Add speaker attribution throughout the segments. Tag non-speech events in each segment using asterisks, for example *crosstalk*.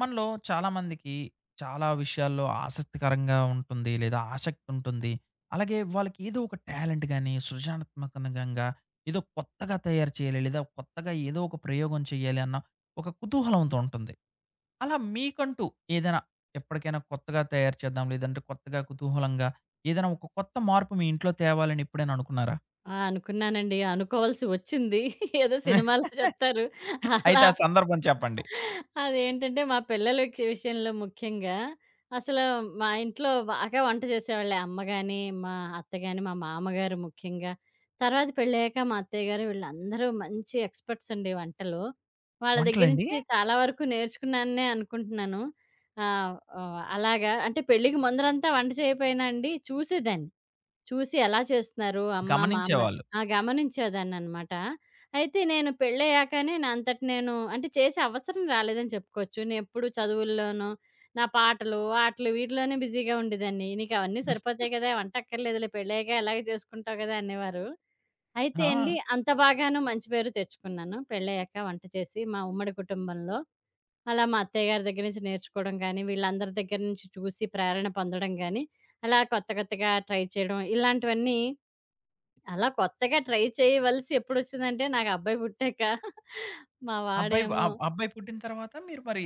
Speaker 1: మనలో చాలామందికి చాలా విషయాల్లో ఆసక్తికరంగా ఉంటుంది. లేదా ఆసక్తి ఉంటుంది. అలాగే వాళ్ళకి ఏదో ఒక టాలెంట్ గాని, సృజనాత్మకంగా ఏదో కొత్తగా తయారు చేయాలి. లేదా కొత్తగా ఏదో ఒక ప్రయోగం చేయాలి అన్న ఒక కుతూహలంతో ఉంటుంది. అలా మీకంటూ ఏదైనా ఎప్పటికైనా కొత్తగా తయారు చేద్దాం. లేదంటే కొత్తగా కుతూహలంగా ఏదైనా ఒక కొత్త మార్పు మీ ఇంట్లో తేవాలని ఎప్పుడైనా అనుకున్నారా?
Speaker 2: ఆ! అనుకున్నానండి. అనుకోవాల్సి వచ్చింది. *laughs* ఏదో సినిమాలో
Speaker 1: *laughs*
Speaker 2: చెప్తారు.
Speaker 1: అయితే
Speaker 2: అలా
Speaker 1: ఆ సందర్భం చెప్పండి?
Speaker 2: అదేంటంటే మా పిల్లల కి విషయంలో ముఖ్యంగా అసలు మా ఇంట్లో బాగా వంట చేసేవాళ్ళే. అమ్మ గాని, మా అత్త గాని, మా మామగారు ముఖ్యంగా. తర్వాత పెళ్ళయ్యాక మా అత్తయ్య గారు వీళ్ళందరూ మంచి ఎక్స్‌పర్ట్స్ అండి వంటలో. వాళ్ళ దగ్గర
Speaker 1: వంటలండి?
Speaker 2: నుంచి చాలా వరకు నేర్చుకున్నాననే అనుకుంటున్నాను. ఆహ్, ఆహ్, అలాగా అంటే పెళ్ళికి ముందరంతా వంట చేయకపోయినా అండి చూసేదాన్ని. చూసి ఎలా చేస్తున్నారు అమ్మ, మామ
Speaker 1: గమనించేవాళ్ళు.
Speaker 2: ఆ! గమనించేదాన్ననమాట. అయితే నేను పెళ్ళయ్యాకనే నా అంతట నేను అంటే చేసే అవసరం రాలేదని చెప్పుకోవచ్చు. నేనెప్పుడు చదువుల్లోనూ, నా పాటలు, ఆటలు వీటిలోనే బిజీగా ఉండేదాన్ని. "నీకవన్నీ సరిపోతాయి కదా! వంట అక్కర్లేదులే పెళ్ళయ్యాక ఎలాగో చేసుకుంటావు కదా!" అనేవారు. అయితే అండి
Speaker 1: ఆ!
Speaker 2: అంత బాగాను మంచి పేరు తెచ్చుకున్నాను. పెళ్ళయ్యాక వంట చేసి మా ఉమ్మడి కుటుంబంలో. అలా మా అత్తయ్య గారి దగ్గర నుంచి నేర్చుకోవడం గానీ, వీళ్ళందరి దగ్గర నుంచి చూసి ప్రేరణ పొందడం గానీ, అలా కొత్త కొత్తగా ట్రై చేయడం ఇలాంటివన్నీ అలా కొత్తగా ట్రై చేయవలసి ఎప్పుడొచ్చిందంటే నాకు అబ్బాయి పుట్టాక. *laughs* మా
Speaker 1: అబ్బాయి
Speaker 2: వాడేమో
Speaker 1: అబ్ అబ్బాయి పుట్టిన తర్వాత మీరు మరి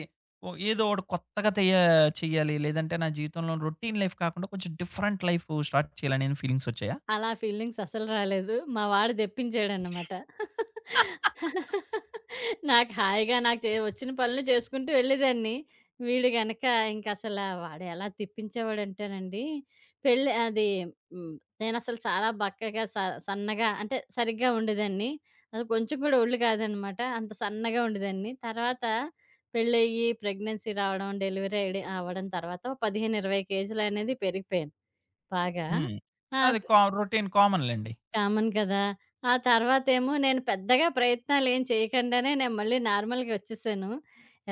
Speaker 1: ఓ ఏదో ఒకటి కొత్తగా చేయాలి. లేదంటే నా జీవితంలో రొటీన్ లైఫ్ కాకుండా కొంచెం డిఫరెంట్ లైఫ్ స్టార్ట్ చేయాలనేని ఫీలింగ్స్ వచ్చాయా?
Speaker 2: అలా ఫీలింగ్స్ అసలు రాలేదు. మా వాడు తెప్పించాడనమాట. నాకు హాయిగా నాకు చే వచ్చిన పనులు చేసుకుంటూ వెళ్ళేదాన్ని. వీడు గనక ఇంకసల వాడు ఎలా తిప్పించేవాడంటేనండి, పెళ్లి అది హ్మ్. నేనసలు చాలా బక్కగా స సన్నగా అంటే సరిగ్గా ఉండేదాన్ని. అది కొంచెం కూడా ఒళ్ళు కాదనమాట. అంత సన్నగా ఉండేదాన్ని. తర్వాత పెళ్లయ్యి, ప్రెగ్నెన్సీ రావడం, డెలివరీ అయ్యడం అవ్వడం తర్వాత 15, 20 కేజీలనేది పెరిగిపోయాను బాగా.
Speaker 1: హ్మ్.
Speaker 2: ఆ!
Speaker 1: అది కా రొటీన్ కామన్‌లెండి.
Speaker 2: కామన్ కదా! ఆ తర్వాతేమో నేను పెద్దగా ప్రయత్నాలేం చేయకుండానే నేను మళ్ళీ నార్మల్‌గా వచ్చేసాను.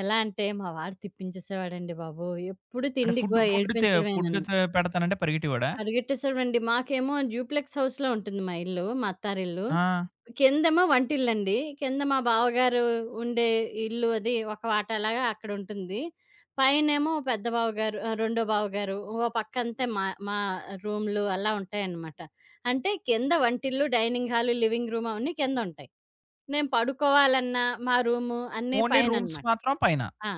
Speaker 2: ఎలా అంటే మా వాడు తిప్పించేసేవాడండి బాబు. ఎప్పుడు
Speaker 1: అంటే
Speaker 2: తిండికి
Speaker 1: ఫుడ్
Speaker 2: గో
Speaker 1: ఫుడ్ తే
Speaker 2: ఏడిపించడమే
Speaker 1: ఫుడ్
Speaker 2: నన్ను.
Speaker 1: తే పెడతానంటే పరిగెట్టేవాడా?
Speaker 2: పరిగెట్టేసేవాడండి. మాకేమో డ్యూప్లెక్స్ హౌస్‌లో ఉంటుంది మా ఇల్లు. మా అత్తారిల్లు.
Speaker 1: ఆ!
Speaker 2: కిందేమో వంటిల్లండి. కింద మా బావగారు ఉండే ఇల్లు అది ఒక వాటాలాగా అక్కడుంటుంది. పైనేమో పెద్ద బావగారు రెండో బావగారు ఓ పక్కంతే మా మా రూమ్‌లు అలా ఉంటాయన్నమాట. అంటే కింద వంటిల్లు, డైనింగ్ హాలు, లివింగ్ రూమ్ అవన్నీ కిందుంటాయి. నేను పడుకోవాలన్నా మా రూము అన్నీ
Speaker 1: ఓన్లీ రూమ్స్
Speaker 2: పైననమాట.
Speaker 1: మాత్రం పైన.
Speaker 2: ఆ!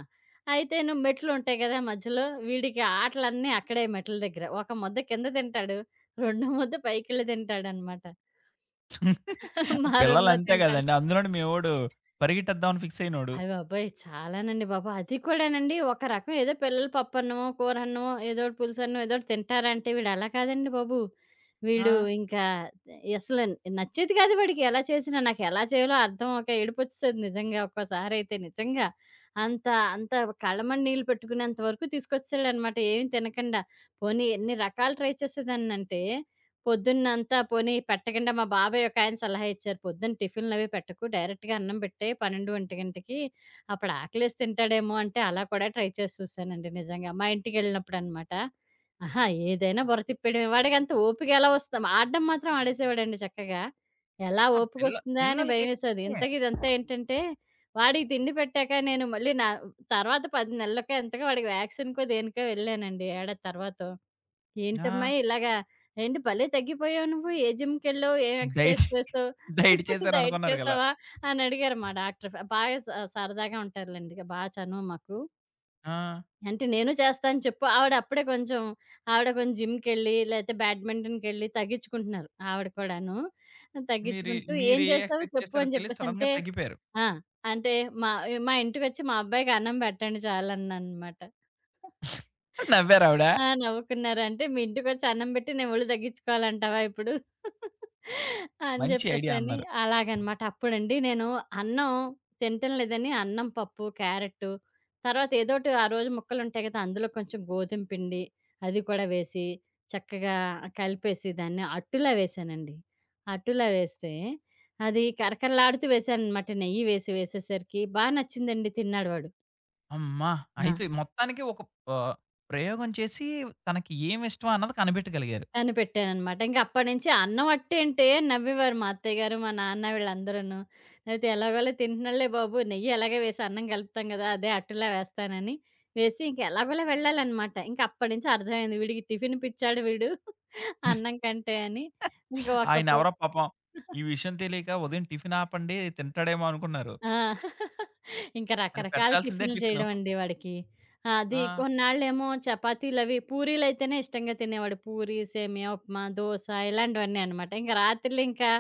Speaker 2: అయితేను మెట్లుంటాయి గదా! మధ్యలో వీడికి ఆటలన్నీ అక్కడే మెట్ల దగ్గర. ఒక ముద్ద కింద తింటాడు. రెండో ముద్ద పైకెళ్ళి తింటాడనమాట.
Speaker 1: *laughs*
Speaker 2: మా
Speaker 1: పిల్లలు
Speaker 2: రూమ్‌లో
Speaker 1: అంతే
Speaker 2: తింటాడు.
Speaker 1: గదండీ. అందులోని మేవోడు పరిగెట్టేద్దామని ఫిక్స్ అయినోడు.
Speaker 2: అయ్య బాబోయ్! చాలానండి బాబు. అది కూడానండి ఒక రకం ఏదో పిల్లలు పప్పన్నమో, కూరన్నమో, ఏదోటి పులుసన్నమో ఏదోటి తింటారంటే వీడు అలా కాదండి బాబు.
Speaker 1: ఆ!
Speaker 2: వీడు ఇంకా అసలు నచ్చేది కాదు వాడికి ఎలా చేసినా. నాకెలా చేయాలో అర్థం అవ్వక ఏడుపొచ్చేసేది నిజంగా ఒక్కోసారయితే నిజంగా. అంత అంత కళ్ళమ్మట నీళ్ళు పెట్టుకునేంత వరకు తీసుకొచ్చేసాడనమాట ఏమి తినకుండా. పోనీ ఎన్ని రకాలు ట్రై చేసేదాన్నంటే పొద్దున్నంతా పోనీ పెట్టకుండా మా బాబాయ్ ఒకాయన సలహా ఇచ్చారు. పొద్దున్న టిఫిన్‌లవి పెట్టకు. డైరెక్ట్‌గా అన్నం పెట్టేయి 12, 1 గంటకి. అప్పుడు ఆకలేసి తింటాడేమో అంటే అలా కూడా ట్రై చేసి చూసానండి నిజంగా. మా ఇంటికెళ్ళినప్పుడనమాట. అహా! ఏదైనా బుర్ర తిప్పేయడమే. వాడికంత ఓపిక ఎలా వస్తాం ఆడడం మాత్రం ఆడేసేవాడండి చక్కగా. ఎలా
Speaker 1: ఆ! పిల్ల
Speaker 2: ఓపికొస్తుందా అని
Speaker 1: పిల్లలకి
Speaker 2: భయమేసేది. ఇంతకి ఇదంతా ఏంటంటే, వాడికి తిండి పెట్టాక నేను మళ్ళీ నా తర్వాత 10 నెలలకో ఎంతకో వాడికి వ్యాక్సిన్‌కో దేనికో వెళ్ళానండి ఏడాది తర్వాతో.
Speaker 1: ఆ!
Speaker 2: ఏంటమ్మా ఇలాగా? ఏంటి భలే తగ్గిపోయావు నువ్వు. ఏ జిమ్‌కెళ్ళావు? ఏం ఎక్సర్‌సైజ్
Speaker 1: డైట్
Speaker 2: చేసావు?
Speaker 1: డైట్
Speaker 2: *laughs* డైట్
Speaker 1: చేశారనుకున్నారు గల.
Speaker 2: చేసావా? అని అడిగారు మా డాక్టర్. ఫ బాగా స సరదాగా ఉంటారులెండి. బా చనువు మాకు.
Speaker 1: ఆ!
Speaker 2: అంటే నేను చేస్తాను చెప్పు. ఆవిడ అప్పుడే కొంచెం ఆవిడ కొంచెం జిమ్‌కెళ్ళి లేతే బ్యాడ్మింటన్‌కెళ్ళి తగ్గించుకుంటున్నారు ఆవిడ కూడాను.
Speaker 1: మీరి
Speaker 2: తగ్గించుకుంటూ "ఏం
Speaker 1: మీరే
Speaker 2: చేసావు
Speaker 1: ఎక్స్‌పెక్ట్
Speaker 2: చెప్పు"
Speaker 1: చేసారో
Speaker 2: అని
Speaker 1: తెలియదు సడెన్‌గా
Speaker 2: చెప్పేసంటే
Speaker 1: తగ్గిపోయారు.
Speaker 2: ఆ! అంటే మా మా ఇంటికొచ్చి మా అబ్బాయికి అన్నం పెట్టండి చాలన్నానమాట.
Speaker 1: *laughs* నవ్వారావిడ.
Speaker 2: ఆ! నవ్వుకున్నారా? అంటే మీ ఇంటికొచ్చి అన్నం బెట్టి నేను ఒళ్ళు తగ్గించుకోవాలంటావా ఇప్పుడు? అని
Speaker 1: మంచి ఐడియా
Speaker 2: జెప్పేసని
Speaker 1: అన్నారు.
Speaker 2: అలాగనమాట. అప్పుడండి నేను అన్నం తినటం లేదని అన్నం, పప్పు, క్యారెట్టు తర్వాత ఏదోటి ఆ రోజు ముక్కలుంటాయి కదా! అందులో కొంచెం గోధుమ పిండి అది కూడా వేసి చక్కగా కలిపేసి దాన్ని అట్టులా వేశానండి. అట్టులా వేస్తే అది కరకరలాడుతూ వేశాననమాట నెయ్యి వేసి వేసేసరికి బా నచ్చిందండి తిన్నాడు వాడు.
Speaker 1: అమ్మా!
Speaker 2: ఆ!
Speaker 1: అయితే మొత్తానికి ఒక ఆహ్, ప్రయోగం చేసి తనకి ఏమిష్టం అన్నది కనిపెట్టగలిగారు.
Speaker 2: కనిపెట్టాననమాట. ఇంక అప్పటినుంచి అన్నం అట్టేంటే నవ్వేవారు మా అత్తయ్య గారు, మా నాన్న వీళ్ళందరూను. అయితే ఎలాగోలా తింటున్నాళ్ళే బాబు నెయ్యి ఎలాగే వేసి అన్నం కలుపుతాం గదా! అదే అట్టులా వేస్తానని వేసి ఇంక ఎలాగోలా వెళ్ళాలనమాట. ఇంక అప్పటినుంచి అర్థమైంది వీడికి టిఫిన్ పిచ్చాడు వీడు అన్నం
Speaker 1: *laughs*
Speaker 2: కంటే అని. ఇంక ఒక్క పూ
Speaker 1: ఆయనెవరో పాపం ఈ విషయం తెలియక ఉదయం టిఫిన్ ఆపండి తింటాడేమో అనుకున్నారు.
Speaker 2: ఆ! *laughs* ఇంకా
Speaker 1: కానీ
Speaker 2: రకరకాల
Speaker 1: పెట్టాల్సిందే
Speaker 2: టిఫిన్‌లు
Speaker 1: టిఫిను.
Speaker 2: చేయడం అండి వాడికి. అది
Speaker 1: ఆ!
Speaker 2: కొన్నాళ్ళేమో చపాతీలవి పూరీలైతేనే ఇష్టంగా తినేవాడు. పూరి, సేమియా ఉప్మా, దోస ఇలాంటివన్నీ అనమాట. ఇంక రాత్రులు ఇంకా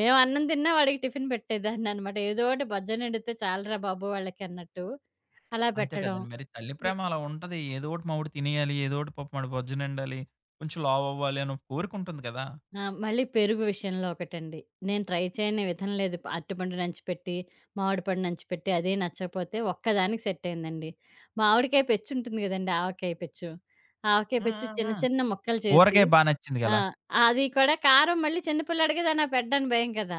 Speaker 2: మేము అన్నం తిన్నా వాడికి టిఫిన్ పెట్టేదాన్ననమాట. ఏదో ఒకటి బజ్జ నిండితే చాలురా బాబు వాళ్ళకి అన్నట్టు అలా
Speaker 1: అంతే
Speaker 2: పెట్టడం.
Speaker 1: కదండీ! మరి తల్లి ప్రేమ అలా ఉంటది. ఏదో ఒకటి మా వాడు తినేయాలి. ఏదో ఒకటి పాపం వాడు బొజ్జునిండాలి. కొంచెం లావు అవ్వాలి అని ఒక కోరికుంటుంది కదా!
Speaker 2: ఆ! మళ్ళీ పెరుగు విషయంలో ఒకటండి. నేను ట్రై చేయని విధం లేదు. ప అరటిపండు నంచిపెట్టి, మామిడి పండు నంచిపెట్టి అదే నచ్చకపోతే ఒక్కదానికి సెట్ అయిందండి. మామిడికాయ పెచ్చు ఉంటుంది గదండీ! ఆవకాయ పెచ్చు. ఆవకాయ
Speaker 1: హ్మ్.
Speaker 2: పెచ్చు
Speaker 1: హ్మ్.
Speaker 2: చిన్న
Speaker 1: హ్మ్.
Speaker 2: చిన్న ముక్కలు చేసి
Speaker 1: ఊరగాయ బా నచ్చింది
Speaker 2: ఆ!
Speaker 1: గలా.
Speaker 2: అది కూడా కారం మళ్ళీ చిన్న పిల్లాడు గదా! నాకు పెట్టడానికి భయం కదా!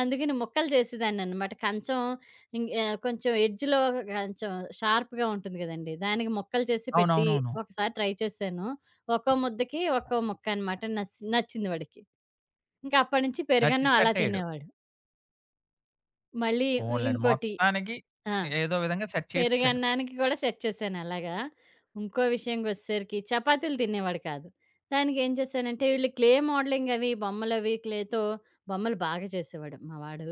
Speaker 2: అందుకని ముక్కలు చేసేదాన్ననమాట. కంచం ఇంగ్ కొంచెం ఎడ్జ్‌లో కొంచెం షార్ప్‌గా ఉంటుంది గదండీ! దానికి ముక్కలు చేసి పెట్టి
Speaker 1: అవునవునవును.
Speaker 2: ఒకసారి ట్రై చేశాను. ఒక్కో ముద్దకి ఒక్కో ముక్క అనమాట. నస్ నచ్చింది వాడికి. ఇంకా అప్పటి నుంచి
Speaker 1: నచ్చి
Speaker 2: పెరుగన్నం అలా
Speaker 1: సెట్టయ్యాడు.
Speaker 2: తినేవాడు. మళ్ళీ ఇ
Speaker 1: పోన్లెండి.
Speaker 2: ఇంకోటి
Speaker 1: మొత్తానికి
Speaker 2: ఆ!
Speaker 1: ఏదో విధంగా సెట్ చేసేసారు.
Speaker 2: పెరుగన్నానికి కూడా సెట్ చేశాను అలాగా. ఇంకో విషయంకొచ్చేసరికి చపాతీలు తినేవాడు కాదు. దానికేం చేశానంటే వీళ్ళు క్లే మోడలింగ్ అవి బొమ్మలవి క్లేతో బొమ్మలు బాగా చేసేవాడు మా వాడు.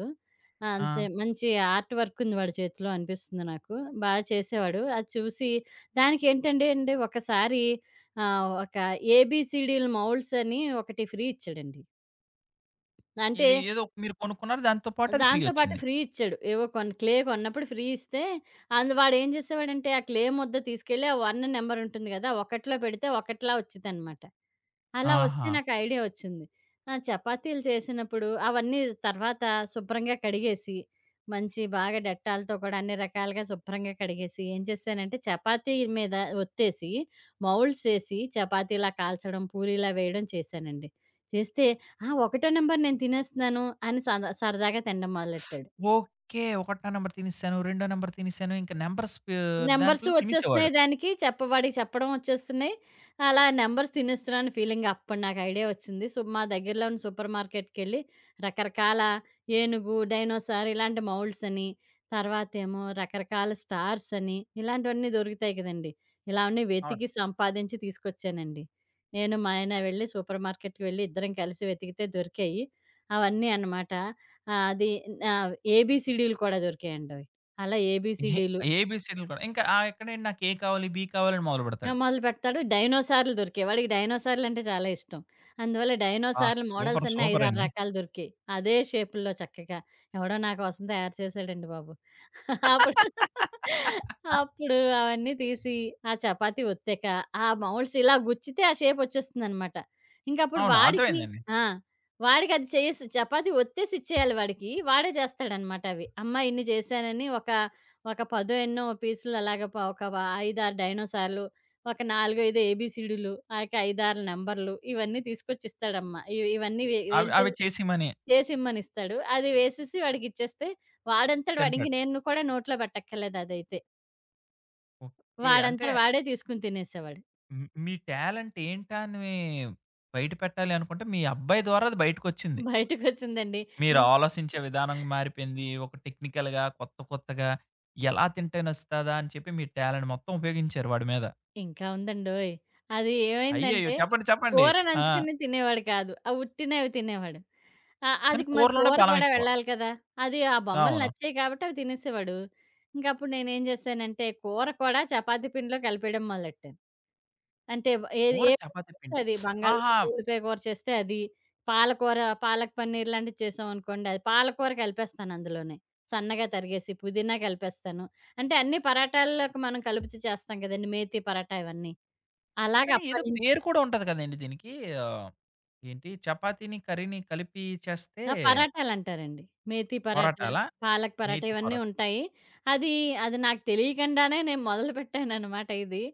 Speaker 2: ఆ!
Speaker 1: ఆ!
Speaker 2: అంతే మంచి ఆర్ట్ వర్క్ ఉంది వాడి చేతిలో అనిపిస్తుంది నాకు. బాగా చేసేవాడు. అది చూసి దానికేంటంటే అండి ఒకసారి ఒక ఏబీసీడీలు మౌల్డ్స్ అని ఒకటి ఫ్రీ ఇచ్చాడండి. అంటే
Speaker 1: ఇది ఏదో మీరు కొనుక్కున్నారు. దాంతో పాటు అది ఫ్రీ
Speaker 2: దాంతో పాటు
Speaker 1: ఒచ్చింది.
Speaker 2: ఫ్రీ ఇచ్చాడు. ఏవో కొన్ క్లే కొన్నప్పుడు ఫ్రీ ఇస్తే, అందు వాడేం జేసేవాడంటే, ఆ క్లే ముద్ద తీసుకెళ్ళి, ఆ 1 నెంబరుంటుంది గదా! ఒకట్లో పెడితే ఒకట్లా ఒచ్చిద్దనమాట. అలా వస్తే
Speaker 1: ఆహా!
Speaker 2: నాకు ఐడియా వచ్చింది. ఆ! చపాతీలు చేసినప్పుడు అవన్నీ తర్వాత శుభ్రంగా కడిగేసి, మంచి బాగా డెట్టాల్‌తో కూడా అన్ని రకాలుగా శుభ్రంగా కడిగేసి, ఏం చేశానంటే చపాతీ మీద ఒత్తేసి, మౌల్డ్స్ ఏసి చపాతీలా కాల్చడం, పూరీలా వేయడం చేశానండి. చేస్తే, "ఆ! ఒకటో నంబర్ నేను తినేస్తున్నాను" అని సద సరదాగా తినడం మొదలెట్టాడు.
Speaker 1: ఓకే. ఒకటో నంబర్ తినేసాను. రెండో నంబర్ తినేసాను. ఇంక నంబర్స్ పే
Speaker 2: నంబర్సు
Speaker 1: దాంట్లో
Speaker 2: వచ్చేస్తున్నాయి
Speaker 1: తినేసేవాడు.
Speaker 2: దానికి. చెప్ప వాడికి చెప్పడం వచ్చేస్తున్నాయి. అలా నంబర్స్ తినేస్తున్నాను ఫీలింగ్. అప్పుడు నాకు ఐడియా వచ్చింది. సో, మా దగ్గరలో ఉన్న సూపర్ మార్కెట్‌కెళ్ళి రకరకాల ఏనుగు, డైనోసార్ ఇలాంటి మౌల్డ్స్ అని, తర్వాతేమో రకరకాల స్టార్స్ అని, ఇలాంటివన్నీ దొరుకుతాయి కదండీ! ఇలా అన్నీ
Speaker 1: అవును.
Speaker 2: వెతికి సంపాదించి తీసుకొచ్చానండి. నేను మా ఆయన వెళ్ళి సూపర్ మార్కెట్‌కి వెళ్ళి ఇద్దరం కలిసి వెతికితే దొరికాయి. అవన్నీ అన్నమాట. అది ఏబీసీడీలు కూడా దొరికాయండి అవి. అలా
Speaker 1: ఏ
Speaker 2: ఏబీసీడీలు
Speaker 1: ఏబీసీడీలు కూడా. ఇంకా ఆ! ఎక్కడేంటి నాకు ఏ కావాలి, బీ కావాలని
Speaker 2: ఆ!
Speaker 1: మొదలుపెడతాడు.
Speaker 2: మొదలుపెడతాడు. డైనోసార్లు దొరికాయి. వాడికి డైనోసార్లంటే చాలా ఇష్టం. అందువల్ల
Speaker 1: ఆ!
Speaker 2: డైనోసార్లు మోడల్స్
Speaker 1: సూపర్.
Speaker 2: అన్నీ 5, 6
Speaker 1: సూపరండి.
Speaker 2: రకాలు దొరికాయి. అదే షేపుల్లో చక్కగా ఎవడో నా కోసం తయారు చేశాడండి బాబు. అప్పుడు అప్పుడు అవన్నీ తీసి, ఆ చపాతీ ఒత్తాక, ఆ మౌల్డ్స్ ఇలా గుచ్చితే ఆ షేప్ ఒచ్చేస్తుందనమాట. ఇంకప్పుడు
Speaker 1: అవును.
Speaker 2: వాడికి
Speaker 1: అర్థమైందండి.
Speaker 2: ఆ! వాడికది చేసి చపాతీ ఒత్తేసి ఇచ్చేయాలి వాడికి. వాడే చేస్తాడనమాట అవి. అమ్మ ఇన్ని చేశానని ఒక, ఒక పదో ఎన్నో పీసులు అలాగ ప ఒక 5, 6 డైనోసార్లు, ఒక 4, 5 ఏబీసీడీలు, ఆ యొక్క 5, 6 నంబర్లు ఇవన్నీ తీసుకొచ్చిస్తాడమ్మ. ఇవన్నీ వే
Speaker 1: అవి
Speaker 2: వేలు చే
Speaker 1: అవి చేసిమని
Speaker 2: చేసిమ్మనిస్తాడు. అది వేసేసి వాడికిచ్చేస్తే, వాడంతట వాడు ఇంక
Speaker 1: తింటాడు.
Speaker 2: నేను కూడా నోట్లో పెట్టక్కర్లేదు అదైతే.
Speaker 1: ఓకే. అంటే
Speaker 2: వాడంతట వాడే తీసుకొని తినేసేవాడు.
Speaker 1: హ్మ్. మీ టాలెంట్ ఏంటా అని బయట పెట్టాలి అనుకుంటే, మీ అబ్బాయి ద్వారా అది బయటకొచ్చింది.
Speaker 2: బయటకొచ్చిందండి.
Speaker 1: మీరు
Speaker 2: హ్మ్.
Speaker 1: ఆలోచించే విధానం మారిపోయింది. ఒక టెక్నికల్‌గా కొత్త కొత్తగా ఎలా తింటే నచ్చుతదా అని చెప్పి మీ టాలెంట్ మొత్తం ఉపయోగించారు వాడి మీద.
Speaker 2: ఇంకా ఉందండోయ్! అది
Speaker 1: అయ్యయ్యో!
Speaker 2: ఏమైందంటే,
Speaker 1: చెప్పండి. చెప్పండి.
Speaker 2: కూర
Speaker 1: ఆ!
Speaker 2: నంచుకుని తినేవాడు కాదు. ఆ ఉట్టినవి తినేవాడు. ఆ! అది
Speaker 1: కానీ
Speaker 2: మరి
Speaker 1: కూరలోనే
Speaker 2: కూర
Speaker 1: బలం
Speaker 2: కూడా
Speaker 1: ఎక్కువ.
Speaker 2: వెళ్ళాలి కదా! అది ఆ బొమ్మలు
Speaker 1: అవును.
Speaker 2: నచ్చాయి కాబట్టి అవి తినేసేవాడు. ఇంకప్పుడు నేనేం చేశానంటే కూర కూడా చపాతీ పిండిలో కలిపేయడం మొదలెట్టాను. అంటే ఏది
Speaker 1: కూర,
Speaker 2: ఏ కూర
Speaker 1: చపాతీ
Speaker 2: చేస్తే
Speaker 1: పిండి.
Speaker 2: అది
Speaker 1: ఆహా!
Speaker 2: బంగాళదుంప ఉల్లిపాయ కూర చేస్తే అది, పాలకూర పాలక్ పన్నీర్ లాంటిది చేసామనుకోండి అది పాలకూర కలిపేస్తాను అందులోనే. సన్నగా తరిగేసి పుదీనా కలిపేస్తాను. అంటే అన్ని పరాటాల్లోకి మనం కలుపుతూ చేస్తాం కదండీ! మేతి పరాటా ఇవన్నీ.
Speaker 1: ఆ,
Speaker 2: అలాగ
Speaker 1: కానీ ఏదో
Speaker 2: అప్పటినుంచి
Speaker 1: పేరు కూడా ఉంటది కదండీ దీనికి. ఆహ్, ఏంటి చపాతీని, కర్రీని కలిపి చేస్తే
Speaker 2: ఆ! పరాటాలంటారండి. మేతి పరాటా,
Speaker 1: పొరాటాలా?
Speaker 2: పాలక్ పరాటా
Speaker 1: నేతి
Speaker 2: ఇవన్నీ
Speaker 1: పొరాటా.
Speaker 2: ఉంటాయి. అది, అది నాకు తెలియకుండానే నేను మొదలుపెట్టాననమాట ఇది.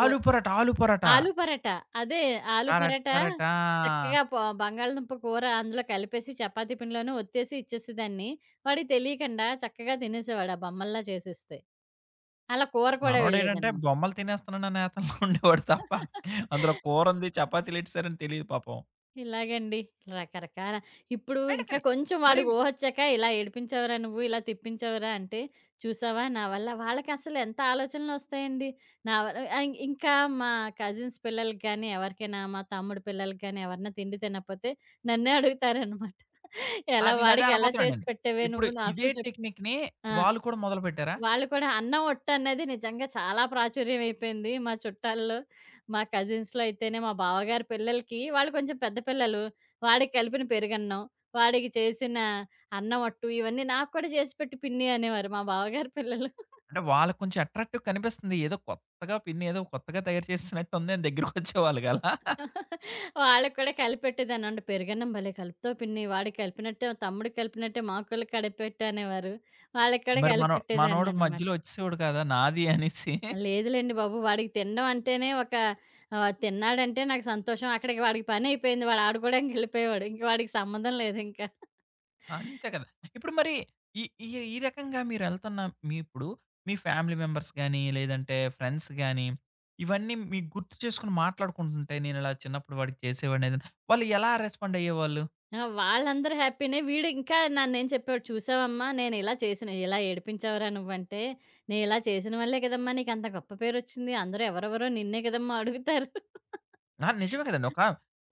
Speaker 2: కో
Speaker 1: ఆలు పొరాటా. ఆలు పొరాటా.
Speaker 2: ఆలు పరాటా. అదే ఆలు
Speaker 1: కరెక్ట్.
Speaker 2: పరాటా
Speaker 1: కరెక్ట్. ఆ!
Speaker 2: చక్కగా ప బంగాళదుంప కూర అందులో కలిపేసి చపాతీ పిండిలోనే ఒత్తేసి ఇచ్చేసేదాన్ని. వాడికి తెలియకుండా చక్కగా తినేసేవాడు ఆ బొమ్మల్లా చేసేస్తే. అలా కూర కూడా
Speaker 1: మనోడేంటంటే
Speaker 2: వెళ్ళేదనమాట.
Speaker 1: బొమ్మలు తినేస్తున్నాను అనే నేతంలో *laughs* ఉండేవాడు తప్ప అందులో కూరుంది, చపాతీలు ఎట్టేసారని తెలీదు పాపం.
Speaker 2: ఇలాగండి. రకరకాల ఇప్పుడు
Speaker 1: అయినా
Speaker 2: ఇంకా
Speaker 1: కానీ
Speaker 2: కొంచెం
Speaker 1: మరి
Speaker 2: వాడికి ఊహొచ్చాక ఇలా ఏడిపించావురా నువ్వు, ఇలా తిప్పించావురా అంటే, చూసావా నా వల్ల వాళ్ళకసలు ఎంత ఆలోచనలొస్తాయండి. నా వల్ల ఇం ఇంకా మా కజిన్స్ పిల్లలకి గానీ, ఎవరికైనా మా తమ్ముడు పిల్లలకి గానీ, ఎవరన్నా తిండి తినకపోతే నన్నే అడుగుతారనమాట.
Speaker 1: ఆ!
Speaker 2: ఎలా
Speaker 1: నేనదే
Speaker 2: వాడికి ఎలా చేసి
Speaker 1: అనబోతున్నానండి.
Speaker 2: పెట్టావే
Speaker 1: ఇప్పుడు
Speaker 2: నువ్వు నాకు
Speaker 1: ఇదే
Speaker 2: చెప్పు
Speaker 1: టెక్నిక్‌ని
Speaker 2: ఆ!
Speaker 1: వాళ్ళు కూడా మొదలుపెట్టారా?
Speaker 2: వాళ్ళు కూడా అన్నం ఒట్టు అనేది నిజంగా చాలా ప్రాచుర్యం అయిపోయింది. మా చుట్టాల్లో, మా కజిన్స్‌లో అయితేనే మా బావగారి పిల్లలకి వాళ్ళు కొంచెం పెద్ద పిల్లలు. వాడికి కలిపిన పెరుగన్నం, వాడికి చేసిన అన్నం ఒట్టు ఇవన్నీ నాకు కూడా చేసి పెట్టు పిన్ని అనేవారు మా బావగారి పిల్లలు.
Speaker 1: అంటే వాళ్ళకి కొంచెం అట్రాక్టివ్ కనిపిస్తుంది. ఏదో కొత్తగా పిన్ని ఏదో కొత్తగా తయారు చేసినట్టుంది అని దగ్గరికొచ్చేవాళ్ళు కదా!
Speaker 2: వాళ్ళకి కూడా కలిపెట్టేదాన్ని. అంటే పెరుగన్నం భలే కలుపుతావు పిన్ని. వాడికి కలిపినట్టే తమ్ముడికి కలిపినట్టే మాకు కూడా కలిపెట్టు అనేవారు. వాళ్ళకి కూడా
Speaker 1: మరి మనోడు
Speaker 2: కలిపెట్టేదాన్ననమాట.
Speaker 1: మధ్యలో వచ్చేసేవాడు కదా! నాది అనేసి.
Speaker 2: ఆ! లేదులెండి బాబు. వాడికి తినడం అంటేనే ఒక తిన్నాడంటే నాకు సంతోషం. అక్కడికి వాడికి పనయిపోయింది. వాడు ఆడుకోవడానికి ఎళ్ళిపోయేవాడు. ఇంక వాడికి సంబంధం లేదు ఇంకా.
Speaker 1: అంతే కదా! ఇప్పుడు మరి ఈ ఈ ఈ రకంగా మీరెళ్తన్న మీ ఇప్పుడు మీ ఫ్యామిలీ మెంబర్స్ గాని, లేదంటే ఫ్రెండ్స్ గాని, ఇవన్నీ మీకు గుర్తు చేసుకొని మాట్లాడుకుంటుంటే, "నేనిలా చిన్నప్పుడు వాడికి చేసేవాడినేదని" వాళ్ళు ఎలా రెస్పాండ్ అయ్యేవాళ్ళు?
Speaker 2: ఆ! వాళ్ళందరూ హ్యాపీనే. వీడు ఇంకా నన్నేం చెప్పేవాడు, "చూసావమ్మా నేను ఇలా చేసిన ఇలా ఏడిపించావురా నువ్వంటే, నేను ఇలా చేసిన వల్లే కదమ్మా నీకంత గొప్ప పేరొచ్చింది. అందరూ ఎవరెవరో నిన్నే కదమ్మా అడుగుతారు."
Speaker 1: ఆ! నిజమే కదండీ. ఒక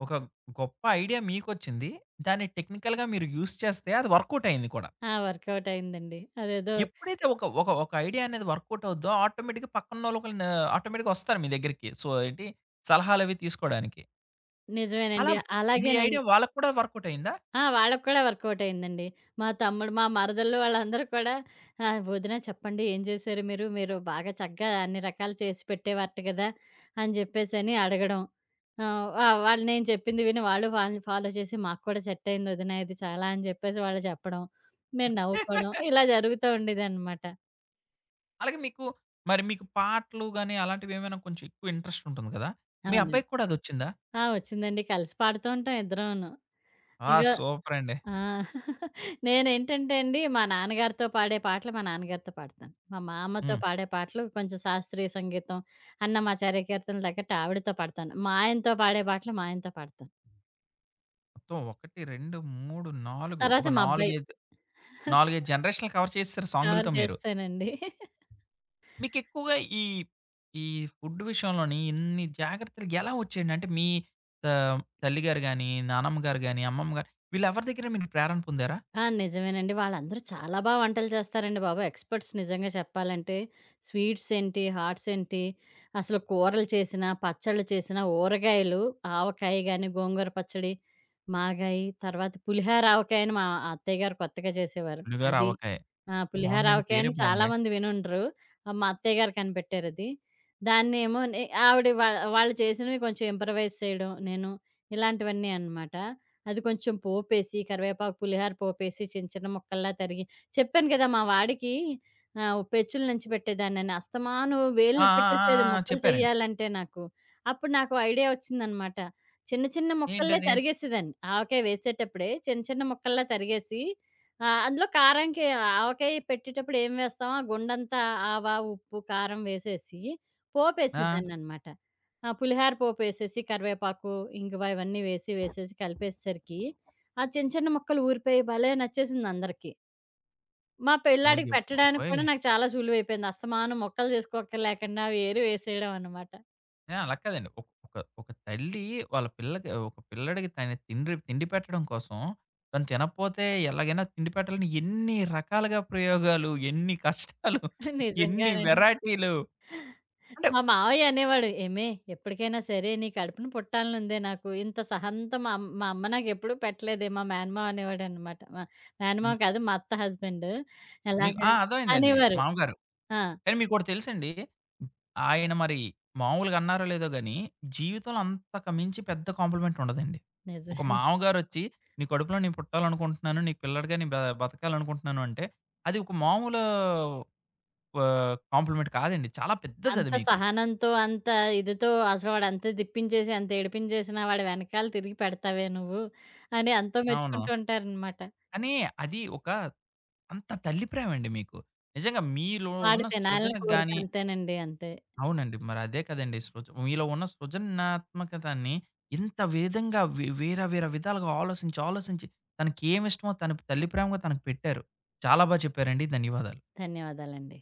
Speaker 1: ఒక గొప్ప ఐడియా మీకొచ్చింది. దాన్ని టెక్నికల్‌గా మీరు యూజ్ చేస్తే అది వర్కౌట్ అయింది కూడా.
Speaker 2: ఆ! వర్కౌట్ అయిందండి. అదేదో
Speaker 1: ఎప్పుడైతే ఒక ఒక ఒక ఐడియా అనేది వర్కౌట్ అవుద్దో ఆటోమేటిక్‌గా పక్కనోళ్ళు ఒకళ్ళు నా ఆటోమేటిక్‌గా వస్తారు మీ దగ్గరికి. సో, ఏంటి సలహాలవి తీసుకోడానికి. అలా
Speaker 2: నిజమేనండి.
Speaker 1: మీ
Speaker 2: అలాగేనండి.
Speaker 1: ఐడియా వాళ్ళకి కూడా వర్కౌట్ అయిందా?
Speaker 2: ఆ! వాళ్ళకి కూడా వర్కౌట్ అయిందండి. మా తమ్ముడు, మా మరదళ్ళు వాళ్ళందరూ కూడా "వదిన చెప్పండి ఏం చేశారు మీరు? మీరు బాగా చక్కగా అన్ని రకాలు చేసి పెట్టేవారట కదా!" అని చెప్పేసని అడగడం. వా వాళ్ళు నేను చెప్పింది విని వాళ్ళు వాళ్ళని ఫాలో చేసి "మాకు కూడా సెట్ అయింది వదిన ఇది చాలా" అని చెప్పేసి వాళ్ళు చెప్పడం. మేము నవ్వుకోవడం. ఇలా జరుగుతూ ఉండేదనమాట.
Speaker 1: అలాగే మీకు మరి మీకు పాటలు గాని, అలాంటివి ఏమైనా కొంచెం ఎక్కువ ఇంట్రెస్ట్ ఉంటుంది కదా! మీ
Speaker 2: అవునండి.
Speaker 1: అబ్బాయికి కూడా అదొచ్చిందా?
Speaker 2: ఆ! వచ్చిందండి. కలిసి పాడుతూ ఉంటాం ఇద్దరూను.
Speaker 1: ఆ!
Speaker 2: ఇగో
Speaker 1: సూపర్ అండి.
Speaker 2: ఆ! నేనేంటంటే అండి, మా నాన్నగారితో పాడే పాటలు మా నాన్నగారితో పాడతాను. మా మామ్మతో
Speaker 1: హ్మ్.
Speaker 2: పాడే పాటలు కొంచెం శాస్త్రీయ సంగీతం, అన్నమాచార్య కీర్తనలు తగ్గట్టు ఆవిడతో పాడతాను. మా ఆయనతో పాడే పాటలు మా ఆయనతో పాడతాను.
Speaker 1: మొత్తం 1, 2, 3, 4
Speaker 2: తర్వాత
Speaker 1: ఒక
Speaker 2: మా
Speaker 1: 4,
Speaker 2: అబ్బాయి
Speaker 1: 5 4, 5 జనరేషన్‌లు కవర్ చేసేసారు
Speaker 2: కవర్
Speaker 1: సాంగులతో మీరు.
Speaker 2: చేసేసానండి.
Speaker 1: మీకు ఎక్కువగా ఈ ఫుడ్ విషయంలోని ఇన్ని జాగ్రత్తలు ఎలా వచ్చేయండి? అంటే మీ తల్లిగారు గాని, నానమ్మ గారు గాని, అమ్మమ్మ గారు వీళ్ళెవరి దగ్గర మీరు ప్రేరణ పొందారా?
Speaker 2: ఆ! నిజమేనండి. వాళ్ళందరూ చాలా బా వంటలు చేస్తారండి బాబు. ఎక్స్‌పర్ట్స్ నిజంగా చెప్పాలంటే. స్వీట్స్ ఏంటి, హాట్స్ ఏంటి, అసలు కూరలు చేసినా, పచ్చళ్ళు చేసినా, ఊరగాయలు ఆవకాయ గాని, గోంగూర పచ్చడి, మాగాయి, తర్వాత పులిహార ఆవకాయ అని మా అత్తయ్య గారు కొత్తగా చేసేవారు.
Speaker 1: పులిహోర,
Speaker 2: అది.
Speaker 1: ఆవకాయ
Speaker 2: ఆ! పులిహార
Speaker 1: బావుందండి.
Speaker 2: ఆవకాయ
Speaker 1: పేరే
Speaker 2: అని
Speaker 1: బావుంది.
Speaker 2: చాలామంది వినుండరు. మా అత్తయ్య గారు కనిపెట్టారది. దాన్నేమో నే ఆవిడ వా వాళ్ళు చేసినవి కొంచెం ఇంప్రవైజ్ చేయడం నేను, ఇలాంటివన్నీ అనమాట. అది కొంచెం పోపేసి, కరివేపాకు, పులిహార పోపేసి చిన్న చిన్న ముక్కల్లా తరిగి చెప్పాను కదా! మా వాడికి పెచ్చులు నంచిపెట్టేదాన్నని. అస్తమాను వేలు
Speaker 1: ఆ! ఆ!
Speaker 2: నొప్పెట్టేసేది
Speaker 1: ఆ! ఆ!
Speaker 2: ముక్కలు
Speaker 1: చెప్పారండి.
Speaker 2: చేయాలంటే నాకు. అప్పుడు నాకు ఐడియా వచ్చిందనమాట. చిన్న చిన్న ముక్కల్లే
Speaker 1: ఏంటది?
Speaker 2: తరిగేసేదాన్ని. ఆవకాయ వేసేటప్పుడే చిన్న చిన్న ముక్కల్లా తరిగేసి అందులో కారంకి ఆవకాయ పెట్టేటప్పుడు ఏం వేస్తాం? ఆ గుండంతా ఆవ, ఉప్పు, కారం వేసేసి
Speaker 1: ఆ!
Speaker 2: పోపేసేదాన్ననమాట. ఆ! పులిహార పోపేసేసి, కరివేపాకు, ఇంగువ ఇవన్నీ వేసి, వేసేసి కలిపేసేసరికి, ఆ చిన్న చిన్న ముక్కలు ఊరిపోయి భలే నచ్చేసిందందరికీ. మా పెళ్ళాడికి
Speaker 1: అయ్య
Speaker 2: పెట్టడానికి కూడా
Speaker 1: బాబోయ్!
Speaker 2: నాకు చాలా సులువైపోయింది. అస్తమానం ముక్కలు చేసుకోక్కర్లేకుండా వేరు వేసేయడం అనమాట.
Speaker 1: అలా కాదండి. ఒక ఒక ఒక తల్లి వాళ్ళ పిల్లకి ఒక పిల్లడికి తన తిండ్రి తిండి పెట్టడం కోసం తను తినకపోతే ఎలాగైనా తిండి పెట్టాలని ఎన్ని రకాలుగా ప్రయోగాలు, ఎన్ని కష్టాలు, ఎన్ని
Speaker 2: నిజంగానండి.
Speaker 1: వెరైటీలు అంటే
Speaker 2: మా మావయ్య అనేవాడు, "ఏమే! ఎప్పటికైనా సరే నీ కడుపున పుట్టాలనుందే నాకు. ఇంత సహంత మా అమ్ మా అమ్మ నాకెప్పుడూ పెట్టలేదే" మా మేనమావ అనేవాడనమాట. మా మేనమావ
Speaker 1: మీ
Speaker 2: కాదు, మా అత్త హస్బెండు.
Speaker 1: మీకు
Speaker 2: ఎలాగా
Speaker 1: ఆ! అర్థమైందండి
Speaker 2: అనేవారు.
Speaker 1: మామగారు.
Speaker 2: ఆ!
Speaker 1: కానీ మీకోటి తెలుసండి. ఆయన మరి మామూలుగా అన్నారో లేదో గాని, జీవితంలో అంతకు మించి పెద్ద కాంప్లిమెంట్ ఉండదండి. ఒక
Speaker 2: నిజమే.
Speaker 1: మామగారొచ్చి, "నీ కడుపులో నేను పుట్టాలనుకుంటున్నాను. నీకు పిల్లాడిగా నేను బతకాలనుకుంటున్నాను" అంటే, అది ఒక మామూలు కాంప్లిమెంట్ కాదండి. చాలా పెద్దదది
Speaker 2: అంత
Speaker 1: మీకు.
Speaker 2: సహనంతో, అంత ఇదితో అసలు వాడంత తిప్పించేసి, అంత ఏడిపించేసినా వాడి వెనకాల తిరిగి పెడతావే నువ్వు అని ఎంతో
Speaker 1: అవును.
Speaker 2: మెచ్చుకుంటూ ఉంటారనమాట.
Speaker 1: కానీ అది ఒక అంత తల్లి ప్రేమండి మీకు. నిజంగా మీలో
Speaker 2: వాడి
Speaker 1: ఉన్న
Speaker 2: తినాలని
Speaker 1: సృజనకు
Speaker 2: కోరిక
Speaker 1: గాని
Speaker 2: అంతేనండి. అంతే.
Speaker 1: అవునండి. మరి అదే కదండీ! సృజ మీలో ఉన్న సృజనాత్మకతని ఇంత విధంగా వేరే వేరే విధాలుగా ఆలోచించి, ఆలోచించి తనకేమిష్టమో తన తల్లి ప్రేమగా తనకు పెట్టారు. చాలా బా చెప్పారండి. ధన్యవాదాలు.
Speaker 2: ధన్యవాదాలండి.